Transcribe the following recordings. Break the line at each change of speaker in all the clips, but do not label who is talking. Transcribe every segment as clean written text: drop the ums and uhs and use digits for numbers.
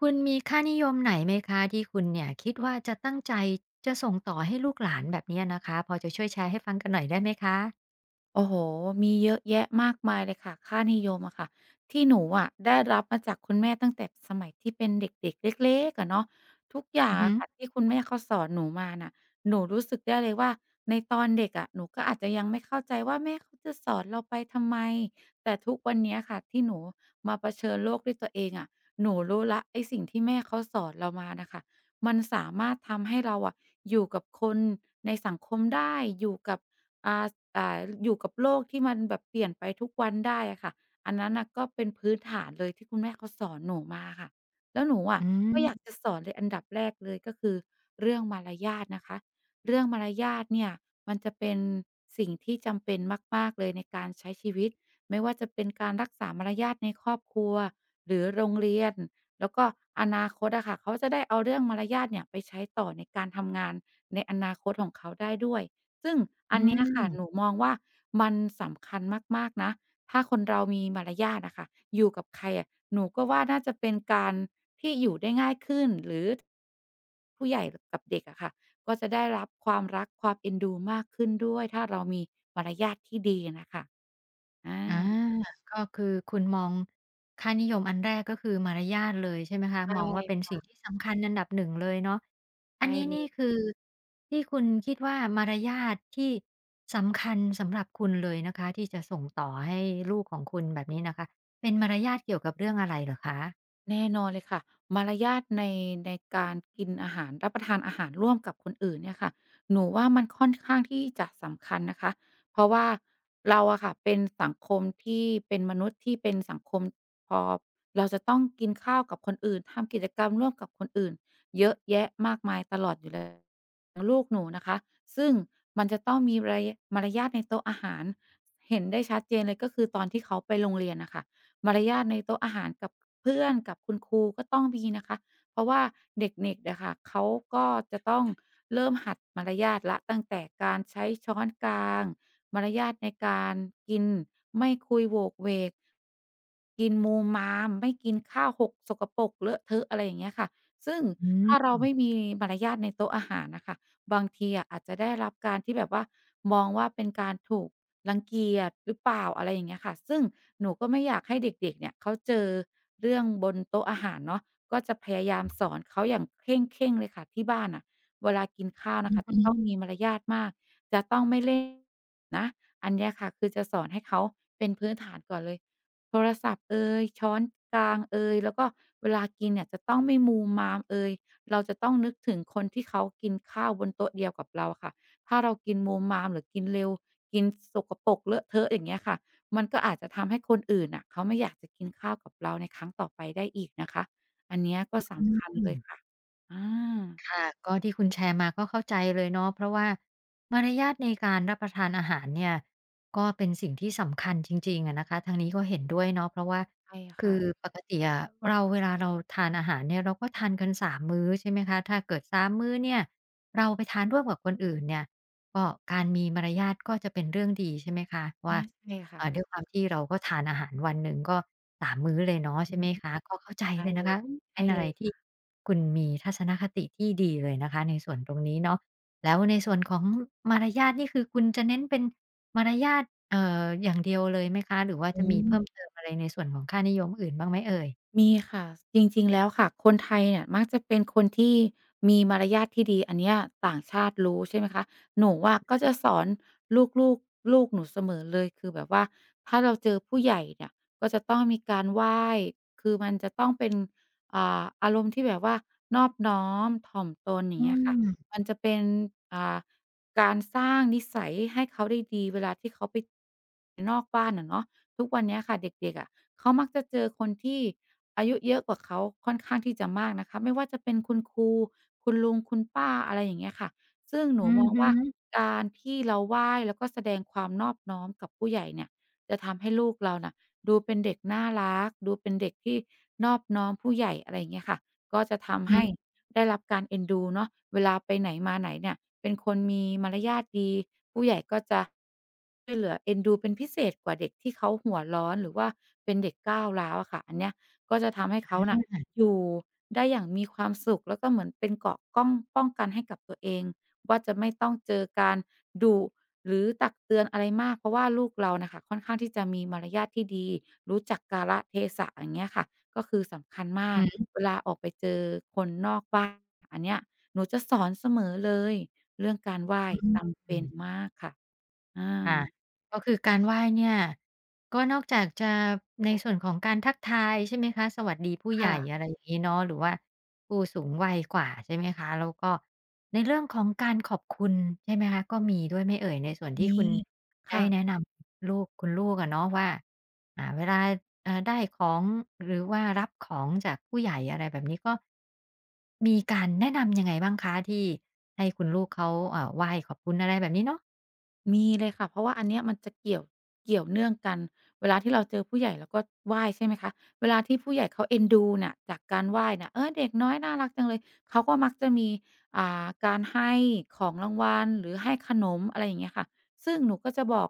คุณมีค่านิยมไหนไหมคะที่คุณเนี่ยคิดว่าจะตั้งใจจะส่งต่อให้ลูกหลานแบบเนี้ยนะคะพอจะช่วยแชร์ให้ฟังกันหน่อยได้ไหมคะ
โอ้โฮมีเยอะแยะมากมายเลยค่ะค่านิยมอะค่ะที่หนูอะได้รับมาจากคุณแม่ตั้งแต่สมัยที่เป็นเด็กๆเล็กๆอะเนาะทุกอย่า
อื
ง
อฮึ
อะค่ะที่คุณแม่เขาสอนหนูมาน่ะหนูรู้สึกได้เลยว่าในตอนเด็กอะหนูก็อาจจะยังไม่เข้าใจว่าแม่เขาจะสอนเราไปทำไมแต่ทุกวันเนี้ยค่ะที่หนูมาเผชิญโลกด้วยตัวเองอะหนูรู้แล้วไอ้สิ่งที่แม่เขาสอนเรามาน่ะค่ะมันสามารถทำให้เราอะอยู่กับคนในสังคมได้อยู่กับ อ่าอยู่กับโลกที่มันแบบเปลี่ยนไปทุกวันได้อะค่ะอันนั้นน่ะก็เป็นพื้นฐานเลยที่คุณแม่เขาสอนหนูมาค่ะแล้วหนูอะ
อื
ก็อ
ม
ยากจะสอนเลยอันดับแรกเลยก็คือเรื่องมารยาทนะคะเรื่องมารยาทเนี่ยมันจะเป็นสิ่งที่จำเป็นมากๆเลยในการใช้ชีวิตไม่ว่าจะเป็นการรักษามารยาทในครอบครัวหรือโรงเรียนแล้วก็อนาคตอะค่ะเขาจะได้เอาเรื่องมารยาทเนี่ยไปใช้ต่อในการทำงานในอนาคตของเขาได้ด้วย ซึ่ง
อื
อันเนี้ยค่ะหนู
ม
มองว่ามันสำคัญมากๆนะถ้าคนเรามีมารยาทอะค่ะอยู่กับใครอะหนูก็ว่าน่าจะเป็นการที่อยู่ได้ง่ายขึ้นหรือผู้ใหญ่กับเด็กอะค่ะก็จะได้รับความรักความเอ็นดูมากขึ้นด้วยถ้าเรามีมารยาทที่ดีอะน่ะค่ะอ
อา
า
ก็คือคุณมองค่านิยมอันแรกก็คือมารยาทเลยใช่ไหมคะ
ใช
มองว่าเป็น
่
สิ่งที่สำคัญอันดับ1เลยเนาะอัน
ใช่
นี้
เล
นี่
ย
คือที่คุณคิดว่ามารยาทที่สำคัญสำหรับคุณเลยนะคะที่จะส่งต่อให้ลูกของคุณแบบนี้นะคะเป็นมารยาทเกี่ยวกับเรื่องอะไรเหรอคะ
แน่นอนเลยค่ะมารยาทในการกินอาหารรับประทานอาหารร่วมกับคนอื่นเนี่ยค่ะหนูว่ามันค่อนข้างที่จะสำคัญนะคะเพราะว่าเราอะค่ะเป็นสังคมที่เป็นมนุษย์ที่เป็นสังคมพอเราจะต้องกินข้าวกับคนอื่นทำกิจกรรมร่วมกับคนอื่นเยอะแยะมากมายตลอดอยู่แล้วลูกหนูนะคะซึ่งมันจะต้องมีมารยาทในโต๊ะอาหารเห็นได้ชัดเจนเลยก็คือตอนที่เขาไปโรงเรียนนะคะ มารยาทในโต๊ะอาหารกับเพื่อนกับคุณครูก็ต้องมีนะคะเพราะว่าเด็กๆนะคะเขาก็จะต้องเริ่มหัดมารยาทละตั้งแต่การใช้ช้อนกลางมารยาทในการกินไม่คุยโหวกเวกกินมูมามไม่กินข้าวหกสกปรกเลอะเทอะอะไรอย่างเงี้ยค่ะซึ่ง
อื
ถ้าเรา
ม
ไม่มีมารยาทในโต๊ะอาหารนะคะบางทีอะอาจจะได้รับการที่แบบว่ามองว่าเป็นการถูก รังเกียจหรือเปล่าอะไรอย่างเงี้ยค่ะซึ่งหนูก็ไม่อยากให้เด็กๆเนี่ยเขาเจอเรื่องบนโต๊ะอาหารเนาะก็จะพยายามสอนเขาอย่างเคร่งๆเลยค่ะที่บ้านน่ะเวลากินข้าว
อื
น่ะ
อ
ค่ะจะ
ฮึ
ต้องมีมารยาทมากจะต้องไม่เล่นนะอันเนี้ยค่ะคือจะสอนให้เขาเป็นพื้นฐานก่อนเลยโทรศัพท์เอยช้อนกลางเอยแล้วก็เวลากินเนี่ยจะต้องไม่มูมามเอยเราจะต้องนึกถึงคนที่เขากินข้าวบนโต๊ะเดียวกับเราอะค่ะ ถ้าเรากินโมมามหรือกินเร็วกินสกปรกเลอะเทอะอย่างเงี้ยค่ะมันก็อาจจะทำให้คนอื่นน่ะเขาไม่อยากจะกินข้าวกับเราในครั้งต่อไปได้อีกนะคะอันเนี้ยก็สำคัญ
อื
เลยค่ะ
ม
อา
ค่ะก็ที่คุณแชร์มาก็เข้าใจเลยเนาะเพราะว่ามารยาทในการรับประทานอาหารเนี่ยก็เป็นสิ่งที่สำคัญจริงๆอะนะคะทางนี้ก็เห็นด้วยเนาะเพราะว่า
ใช่
คื
ค่ะ
อปกติอะเราเวลาเราทานอาหารเนี่ยเราก็ทานกันสามมื้อใช่ไหมคะถ้าเกิดสามมื้อเนี่ยเราไปทานร่วมกับคนอื่นเนี่ย ก็การมีมารยาทก็จะเป็นเรื่องดีใช่ไหมคะว่า
อาใช่ค่ะ
ด้วยความที่เราก็ทานอาหารวันหนึ่งก็ส3มมื้อเลยเนาะ
อื
ใช่ไห
ม
มคะก็เข้าใจ
ใช่
เลย
เล
นะ
ย
คะอืม
ใช่
เป็นอะ
เล
ไร
ย
ที่คุณมีทัศนคติที่ดีเลยนะคะในส่วนตรงนี้เนาะแล้วในส่วนของมารยาทนี่คือคุณจะเน้นเป็นมารยาทเอ่ออย่างเดียวเลยไหมคะหรือว่าจะ
อื
มี
ม
เพิ่มเติมอะไรในส่วนของค่านิยมอื่นบ้างไหมเอ่ย
มีค่ะจริงๆแล้วค่ะคนไทยเนี่ยมักจะเป็นคนที่มีมารยาทที่ดีอันเนี้ยต่างชาติรู้ใช่ไหมคะหนูอะก็จะสอนลูกๆลูกหนูเสมอเลยคือแบบว่าถ้าเราเจอผู้ใหญ่เนี่ยก็จะต้องมีการไหว้คือมันจะต้องเป็นอารมณ์ที่แบบว่านอบน้อมถ่อมตนอ
อื
ย่างเงี้ยค่ะ
ม
มันจะเป็นอ่าการสร้างนิสัยให้เขาได้ดีเวลาที่เขาไปนอกบ้านอะเนาะทุกวันเนี้ยค่ะเด็กๆอะเขามักจะเจอคนที่ อายุเยอะกว่าเขาค่อนข้างที่จะมากนะคะไม่ว่าจะเป็นคุณครูคุณลุงคุณป้าอะไรอย่างเงี้ยค่ะซึ่งห
อื
นูม
อ
อง
ฮึ
ว่าการที่เราไหว้แล้วก็แสดงความนอบน้อมกับผู้ใหญ่เนี่ยจะทำให้ลูกเราน่ะดูเป็นเด็กน่ารักดูเป็นเด็กที่นอบน้อมผู้ใหญ่อะไรอย่างเงี้ยค่ะก็จะ
อือ
ทำ
ฮึ
ให้ได้รับการเอ็นดูเนาะเวลาไปไหนมาไหนเนี่ยเป็นคนมีมารยาทดีผู้ใหญ่ก็จะช่วยเหลือเอ็นดูเป็นพิเศษกว่าเด็กที่เขาหัวร้อนหรือว่าเป็นเด็กก้าวร้าวอะค่ะอันเนี้ย ก็จะทำให้เขาน่ะอยู่ได้อย่างมีความสุขแล้วก็เหมือนเป็นเกราะก้องป้องกันให้กับตัวเองว่าจะไม่ต้องเจอการดุหรือตักเตือนอะไรมากเพราะว่าลูกเราน่ะค่ะค่อนข้างที่จะมีมารยาทที่ดีรู้จักกาลเทศะอย่างเงี้ยค่ะก็คือสำคัญมา
อื
ก
อ
เวลาออกไปเจอคนนอกบ้านอันเนี้ยหนูจะสอนเสมอเลยเรื่องการไหว้
อ
จำเป็
ื
น
ม
มากค่ะอา
ค่ะก็คือการไหว้เนี่ยก็นอกจากจะในส่วนของการทักทายใช่ไหมคะสวัสดีผู้ให
ค่ะ
ญ่อะไรอย่างงี้เนาะหรือว่าผู้สูงวัยกว่าใช่ไหมคะแล้วก็ในเรื่องของการขอบคุณใช่ไหมคะก็มีด้วยไหมเอ่ยในส่วนที่
มี
คุณได้
ค่ะ
แนะนำลูกคุณลูกอะเนาะว่าอ่าเวลาได้ของหรือว่ารับของจากผู้ใหญ่อะไรแบบนี้ก็มีการแนะนำยังไงบ้างคะที่ให้คุณลูกเขาไหว้ขอบคุณอะไรแบบนี้เนาะ
มีเลยค่ะเพราะว่าอันเนี้ยมันจะเกี่ยวเนื่องกันเวลาที่เราเจอผู้ใหญ่เราก็ไหว้ใช่ไหมคะเวลาที่ผู้ใหญ่เขาเอ็นดูน่ะจากการไหว้น่ะเออเด็กน้อยน่ารักจังเลยเขาก็มักจะมีการให้ของรางวัลหรือให้ขนมอะไรอย่างเงี้ยค่ะซึ่งหนูก็จะบอก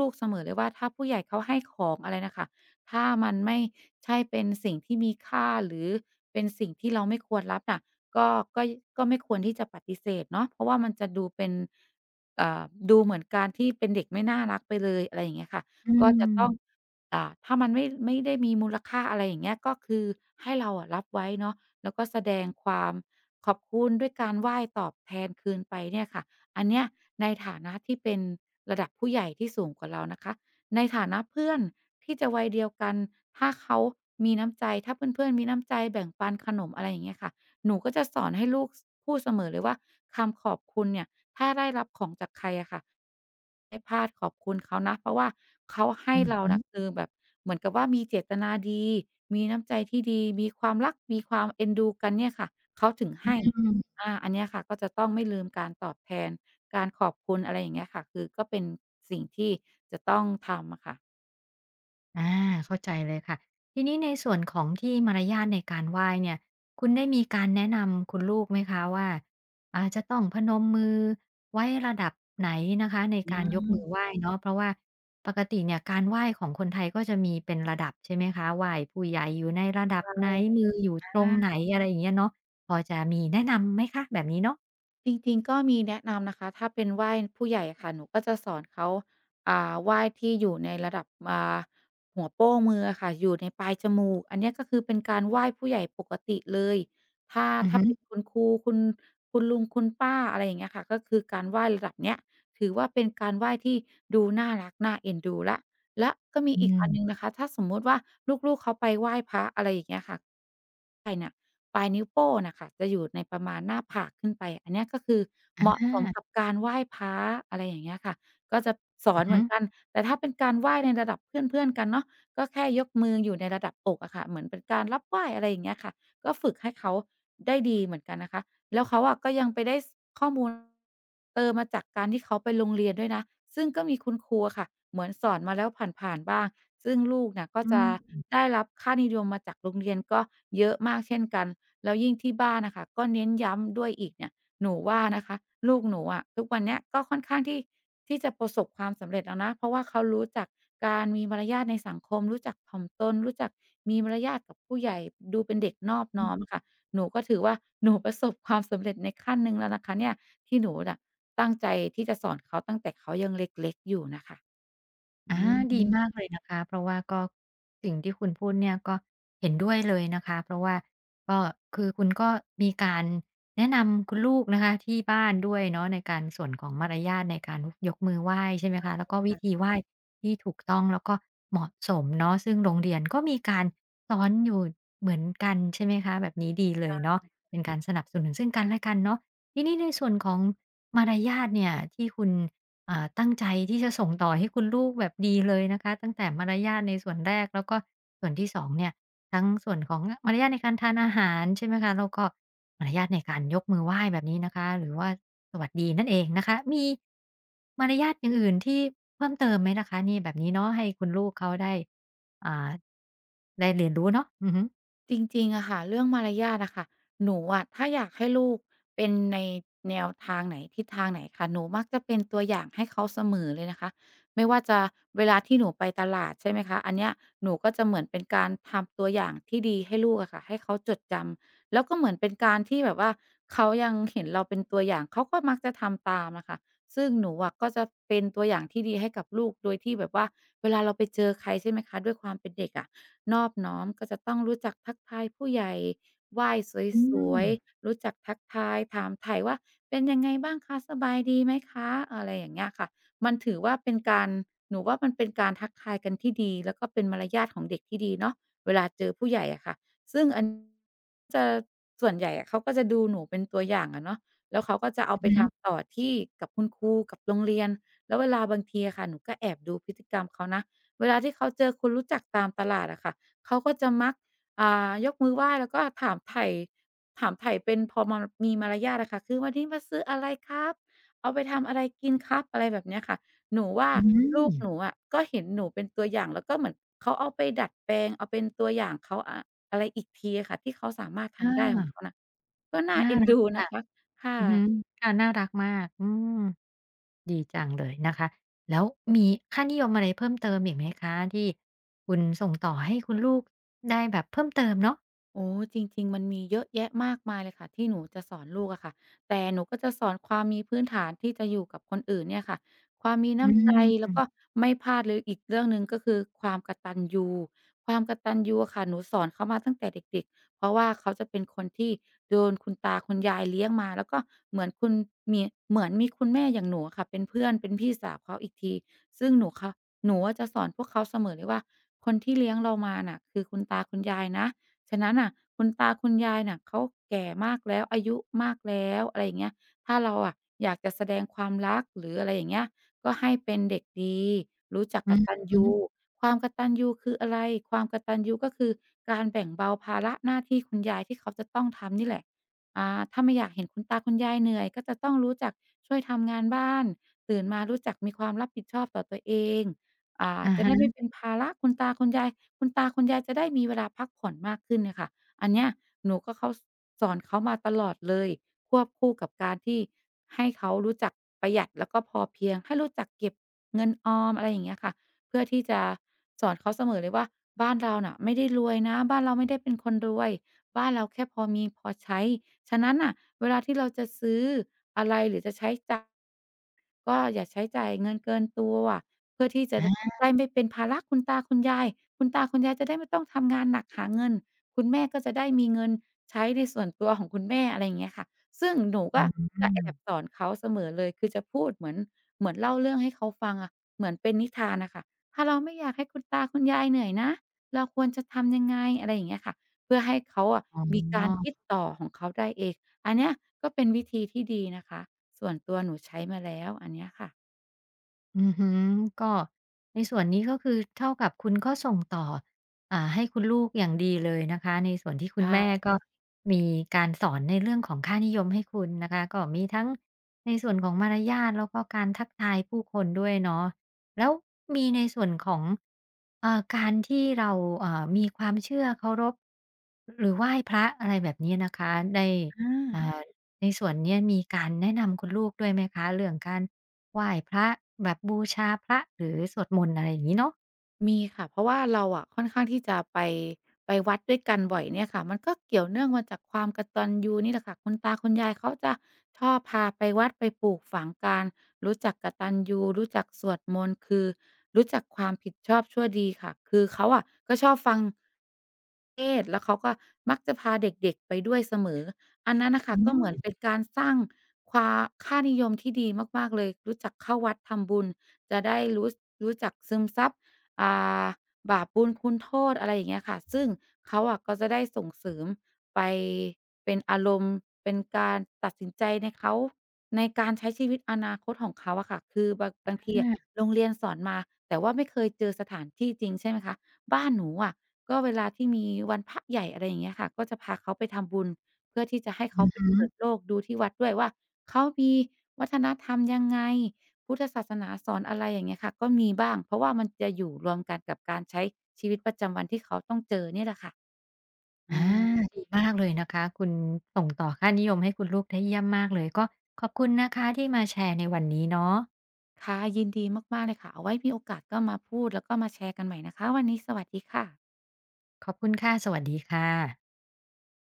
ลูกๆเสมอเลยว่าถ้าผู้ใหญ่เขาให้ของอะไรน่ะค่ะถ้ามันไม่ใช่เป็นสิ่งที่มีค่าหรือเป็นสิ่งที่เราไม่ควรรับน่ะก็ก็ก็ไม่ควรที่จะปฏิเสธเนาะเพราะว่ามันจะดูเป็น เอ่าดูเหมือนการที่เป็นเด็กไม่น่ารักไปเลยอะไรอย่างเงี้ยค่ะ
อ
ก็จะต้อง
ื
ถ้ามันไม่ได้มีมูลค่าอะไรอย่างเงี้ยก็คือให้เราอะรับไว้เนาะแล้วก็แสดงความขอบคุณด้วยการไหว้ตอบแทนคืนไปเนี่ยค่ะอันเนี้ยในฐานะที่เป็นระดับผู้ใหญ่ที่สูงกว่าเรานะคะในฐานะเพื่อนที่จะวัยเดียวกันถ้าเขามีน้ำใจถ้าเพื่อนๆมีน้ำใจแบ่งปันขนมอะไรอย่างเงี้ยค่ะ หนูก็จะสอนให้ลูกพูดเสมอเลยว่าคำขอบคุณเนี่ยถ้าได้รับของจากใครอะค่ะไม่พลาดขอบคุณเขานะเพราะว่าเขาให้เรา
ม
น่ะคือแบบเหมือนกับว่ามีเจตนาดีมีน้ำใจที่ดีมีความรักมีความเอ็นดูกันเนี่ยค่ะเขาถึงให้
อืม
อาอันเนี้ยค่ะก็จะต้องไม่ลืมการตอบแทนการขอบคุณอะไรอย่างเงี้ยค่ะคือก็เป็นสิ่งที่จะต้องทำอะค่ะ
อาเข้าใจเลยค่ะทีนี้ในส่วนของที่มารยาทในการไหว้เนี่ยคุณได้มีการแนะนำคุณลูกไหมคะว่าอาจจะต้องพนมมือไว้ระดับไหนนะคะในการยกมือไหว้เนาะเพราะว่าปกติเนี่ยการไหว้ของคนไทยก็จะมีเป็นระดับใช่ไหมคะไหว้ผู้ใหญ่อยู่ในระดับ
ใช่
ไหนมืออยู่
อ
ตรงไหน
า
อะไรอย่างเงี้ยเนาะพอจะมีแนะนำไหมคะแบบนี้เนาะ
จริงๆก็มีแนะนำนะคะถ้าเป็นไหว้ผู้ใหญ่อะค่ะหนูก็จะสอนเขาไหว้ที่อยู่ในระดับหัวโป้งมืออะค่ะอยู่ในปลายจมูกอันเนี้ยก็คือเป็นการไหว้ผู้ใหญ่ปกติเลยถ้า
อือ
ถ้า
ฮึ
เป็นคุณครูคุณลุงคุณป้าอะไรอย่างเงี้ยค่ะก็คือการไหว้ระดับเนี้ยถือว่าเป็นการไหว้ที่ดูน่ารักน่าเอ็นดูแล้วและก็มี
อื
อีกอันหนึ่ง
ม
นะคะถ้าสมมุติว่าลูกๆเขาไปไหว้พระอะไรอย่างเงี้ยค่ะ ปลายนิ้วโป้งน่ะค่ะจะอยู่ในประมาณหน้าผากขึ้นไปอันเนี้ยก็คือ
อ
เหมาะ
า
สมกับการไหว้พระอะไรอย่างเงี้ยค่ะก็จะสอ
อือ
นเห
ฮึ
มือนกันแต่ถ้าเป็นการไหว้ในระดับเพื่อนๆกันเนาะก็แค่ยกมืออยู่ในระดับอกอะค่ะเหมือนเป็นการรับไหว้อะไรอย่างเงี้ยค่ะก็ฝึกให้เขาได้ดีเหมือนกันนะคะแล้วเขาอะก็ยังไปได้สข้อมูลเติมมาจากการที่เขาไปโรงเรียนด้วยนะซึ่งก็มีคุณครูอะค่ะเหมือนสอนมาแล้วผ่านๆบ้างซึ่งลูกเนี่ยก็
อื
จะ
ม
ได้รับค่านิยมมาจากโรงเรียนก็เยอะมากเช่นกัน แล้วยิ่งที่บ้านนะคะก็เน้นย้ำด้วยอีกเนี่ยหนูว่านะคะลูกหนูอะทุกวันเนี้ยก็ค่อนข้างที่จะประสบความสำเร็จแล้วนะเพราะว่าเขารู้จักการมีมารยาทในสังคมรู้จักถ่อมตนรู้จักมีมารยาทกับผู้ใหญ่ดูเป็นเด็กนอบน้อมค่ะหนูก็ถือว่า หนูประสบความสำเร็จในขั้นหนึ่งแล้วนะคะเนี่ยที่หนูน่ะตั้งใจที่จะสอนเขาตั้งแต่เขายังเล็กๆอยู่น่ะค่ะอื
อาดีมาก
ม
เลยนะคะ เพราะว่าก็สิ่งที่คุณพูดเนี่ยก็เห็นด้วยเลยนะคะ เพราะว่าก็คือคุณก็มีการแนะนำคุณลูกนะคะที่บ้านด้วยเนาะในการส่วนของมารยาทในการยกมือไหว้ใช่ไหมคะแล้วก็วิธีไหว้ที่ถูกต้องแล้วก็เหมาะสมเนาะซึ่งโรงเรียนก็มีการสอนอยู่เหมือนกันใช่ไหมคะแบบนี้ดีเลยเนาะเป็นการสนับสนุนซึ่งกันและกันเนาะทีนี้ในส่วนของมารยาทเนี่ยที่คุณ อ่าตั้งใจที่จะส่งต่อให้คุณลูกแบบดีเลยนะคะตั้งแต่มารยาทในส่วนแรกแล้วก็ส่วนที่2เนี่ยทั้งส่วนของมารยาทในการทานอาหารใช่ไหมคะแล้วก็มารยาทในการยกมือไหว้แบบนี้นะคะหรือว่าสวัสดีนั่นเองนะคะมีมารยาทอย่างอื่นที่เพิ่มเติมไหมนะคะนี่แบบนี้เนาะให้คุณลูกเขาได้อ่าได้เรียนรู้เนาะอือฮึ
จริงๆอะค่ะเรื่องมารยาทอะค่ะหนูอะถ้าอยากให้ลูกเป็นในแนวทางไหนทิศทางไหนค่ะหนูมักจะเป็นตัวอย่างให้เขาเสมอเลยนะคะไม่ว่าจะเวลาที่หนูไปตลาดใช่ไหมคะอันเนี้ยหนูก็จะเหมือนเป็นการทำตัวอย่างที่ดีให้ลูกอะค่ะให้เขาจดจำแล้วก็เหมือนเป็นการที่แบบว่าเขายังเห็นเราเป็นตัวอย่างเขาก็มักจะทำตามอะค่ะซึ่งหนูอะก็จะเป็นตัวอย่างที่ดีให้กับลูกโดยที่แบบว่าเวลาเราไปเจอใครใช่ไหมคะด้วยความเป็นเด็กอะ นอบน้อมก็จะต้องรู้จักทักทายผู้ใหญ่ไหว้
อื
ส
ม
วยๆรู้จักทักทายถามไถ่ว่าเป็นยังไงบ้างคะสบายดีไหมคะอะไรอย่างเงี้ยค่ะมันถือว่าเป็นการหนูว่ามันเป็นการทักทายกันที่ดีแล้วก็เป็นมารยาทของเด็กที่ดีเนาะเวลาเจอผู้ใหญ่อะค่ะซึ่งอันจะส่วนใหญ่อะเขาก็จะดูหนูเป็นตัวอย่างอะเนาะแล้วเขาก็จะเอาไป
อือฮึ
ทำต่อที่กับคุณครูกับโรงเรียนแล้วเวลาบางทีอะค่ะหนูก็แอบดูพฤติกรรมเขานะเวลาที่เขาเจอคนรู้จักตามตลาดอะค่ะ เขาก็จะมักยกมือไหว้แล้วก็ถามไถ่เป็นพอมามีมารยาทอะค่ะคือวันนี้มาซื้ออะไรครับเอาไปทำอะไรกินครับอะไรแบบเนี้ยค่ะหนูว่า
อื
ลู
ม
กหนูอะก็เห็นหนูเป็นตัวอย่างแล้วก็เหมือนเขาเอาไปดัดแปลงเอาเป็นตัวอย่างเขาอะอะไรอีกทีอะค่ะที่เขาสามารถ
อา
ทำได้ของเขาน่ะก็น่า
น่า
เอ็น
รัก
ดู
จั
นะ
ง
คะค
อือฮึ
่ะ
ค่ะน่ารักมากอืม ดีจังเลยนะคะ แล้วมีค่านิยมอะไรเพิ่มเติมอีกไหมคะที่คุณส่งต่อให้คุณลูกได้แบบเพิ่มเติมเนาะ
โอ้จริงๆมันมีเยอะแยะมากมายเลยค่ะที่หนูจะสอนลูกอะค่ะแต่หนูก็จะสอนความมีพื้นฐานที่จะอยู่กับคนอื่นเนี่ยค่ะความมี
อื
น้ำใจ
อื
แล้วก็ไม่พลาดเลยอีกเรื่องหนึ่งก็คือความกตัญญูความกตัญญูอะค่ะหนูสอนเขามาตั้งแต่เด็กๆเพราะว่าเขาจะเป็นคนที่โดนคุณตาคุณยายเลี้ยงมาแล้วก็เหมือนคุณมีเหมือนมีคุณแม่อย่างหนูอะค่ะเป็นเพื่อนเป็นพี่สาวเขาอีกทีซึ่งหนูอะจะสอนพวกเขาเสมอเลยว่าคนที่เลี้ยงเรามาน่ะคือคุณตาคุณยายนะ ฉะนั้นน่ะคุณตาคุณยายน่ะเขาแก่มากแล้วอายุมากแล้วอะไรอย่างเงี้ยถ้าเราอะอยากจะแสดงความรักหรืออะไรอย่างเงี้ยก็ให้เป็นเด็กดีรู้จัก
มอื
ก
อ
ตัญ
ฮึ
ญูความกตัญญูคืออะไรความกตัญญูก็คือการแบ่งเบาภาระหน้าที่คุณยายที่เขาจะต้องทำนี่แหละอ่าถ้าไม่อยากเห็นคุณตาคุณยายเหนื่อยก็จะต้องรู้จักช่วยทำงานบ้านตื่นมารู้จักมีความรับผิดชอบต่อตัวเอง อ่า
อะ
จะ
ฮะ
ได้ไม่เป็นภาระคุณตาคุณยายคุณตาคุณยายจะได้มีเวลาพักผ่อนมากขึ้นเน่ยค่ะอันเนี้ยหนูก็เขาสสอนเขามาตลอดเลยควบคู่กับการที่ให้เขารู้จักประหยัดแล้วก็พอเพียงให้รู้จักเก็บเงินออมอะไรอย่างเงี้ยค่ะเพื่อที่จะสอนเขาเสมอเลยว่าบ้านเราน่ะไม่ได้รวยนะบ้านเราไม่ได้เป็นคนรวยบ้านเราแค่พอมีพอใช้ฉะนั้นน่ะเวลาที่เราจะซื้ออะไรหรือจะใช้จ่าย ก็อย่าใช้จ่ายเงินเกินตัวเพื่อที่จะ
อ
ด
า
ได้ไม่เป็นภาระคุณตาคุณยายคุณตาคุณยายจะได้ไม่ต้องทำงานหนักหาเงินคุณแม่ก็จะได้มีเงินใช้ในส่วนตัวของคุณแม่อะไรอย่างเงี้ยค่ะซึ่งหนู
อื
ก็จะแอบส
ม
อนเขาเสมอเลยคือจะพูดเหมือนเล่าเรื่องให้เขาฟังอะเหมือนเป็นนิทานน่ะค่ะถ้าเราไม่อยากให้คุณตาคุณยายเหนื่อยนะเราควรจะทำยังไงอะไรอย่างเงี้ยค่ะเพื่อให้เขาอะ
อ๋อ
มีการคิดต่อของเขาได้เอง อันเนี้ยก็เป็นวิธีที่ดีนะคะส่วนตัวหนูใช้มาแล้วอันเนี้ยค่ะ
อือฮึก็ในส่วนนี้ก็คือเท่ากับคุณก็ส่งต่ออ่าให้คุณลูกอย่างดีเลยนะคะในส่วนที่คุณแม่
ใช่
ก็มีการสอนในเรื่องของค่านิยมให้คุณนะคะก็มีทั้งในส่วนของมารยาทแล้วก็การทักทายผู้คนด้วยเนาะแล้วมีในส่วนของการที่เรามีความเชื่อเคารพหรือไหว้พระอะไรแบบนี้นะคะได้
อา
อ่าในส่วนเนี้ยมีการแนะนำคุณลูกด้วยไหมคะเรื่องการ ไหว้พระแบบบูชาพระหรือสวดมนต์อะไรอย่างงี้เนาะ
มีค่ะเพราะว่าเราอะค่อนข้างที่จะไปไปวัดด้วยกันบ่อยเนี่ยค่ะมันก็เกี่ยวเนื่องมาจากความกตัญญูนี่แหละค่ะคุณตาคุณยายเขาจะชอบพาไปวัดไปปลูกฝังการรู้จักกตัญญูรู้จักสวดมนต์คือรู้จักความผิดชอบชั่วดีค่ะคือเขาอะก็ชอบฟังเทศน์แล้วเขาก็มักจะพาเด็กๆไปด้วยเสมออันนั้นน่ะค่ะ
อื
ก็เห
ม
มือนเป็นการสร้างความค่านิยมที่ดีมากๆเลยรู้จักเข้าวัดทำบุญจะได้รู้รู้จักซึมซับ อ่าบาปบุญคุณโทษอะไรอย่างเงี้ยค่ะซึ่งเขาอะก็จะได้ส่งเสริมไปเป็นอารมณ์เป็นการตัดสินใจในเขาในการใช้ชีวิตอนาคตของเขาอะค่ะคือบางที
อะ
อะ
ฮะ
โรงเรียนสอนมาแต่ว่าไม่เคยเจอสถานที่จริงใช่ไหมคะบ้านหนูอะก็เวลาที่มีวันพระใหญ่อะไรอย่างเงี้ยค่ะก็จะพาเขาไปทำบุญเพื่อที่จะให้เขาไปเปิดโลกดูที่วัดด้วยว่าเขามีวัฒนธรรมยังไง พุทธศาสนาสอนอะไรอย่างเงี้ยค่ะก็มีบ้างเพราะว่ามันจะอยู่รวมกันกับการใช้ชีวิตประจำวันที่เขาต้องเจอเนี่ยแหละค่ะอ
อา
า
ดีมากเลยนะคะคุณส่งต่อค่านิยมให้คุณลูกได้เยี่ยมมากเลยก็ขอบคุณนะคะที่มาแชร์ในวันนี้เนาะ
ค่ะยินดีมากๆเลยค่ะเอาไว้มีโอกาสก็มาพูดแล้วก็มาแชร์กันใหม่นะคะวันนี้สวัสดีค่ะ
ขอบคุณค่ะสวัสดีค่ะ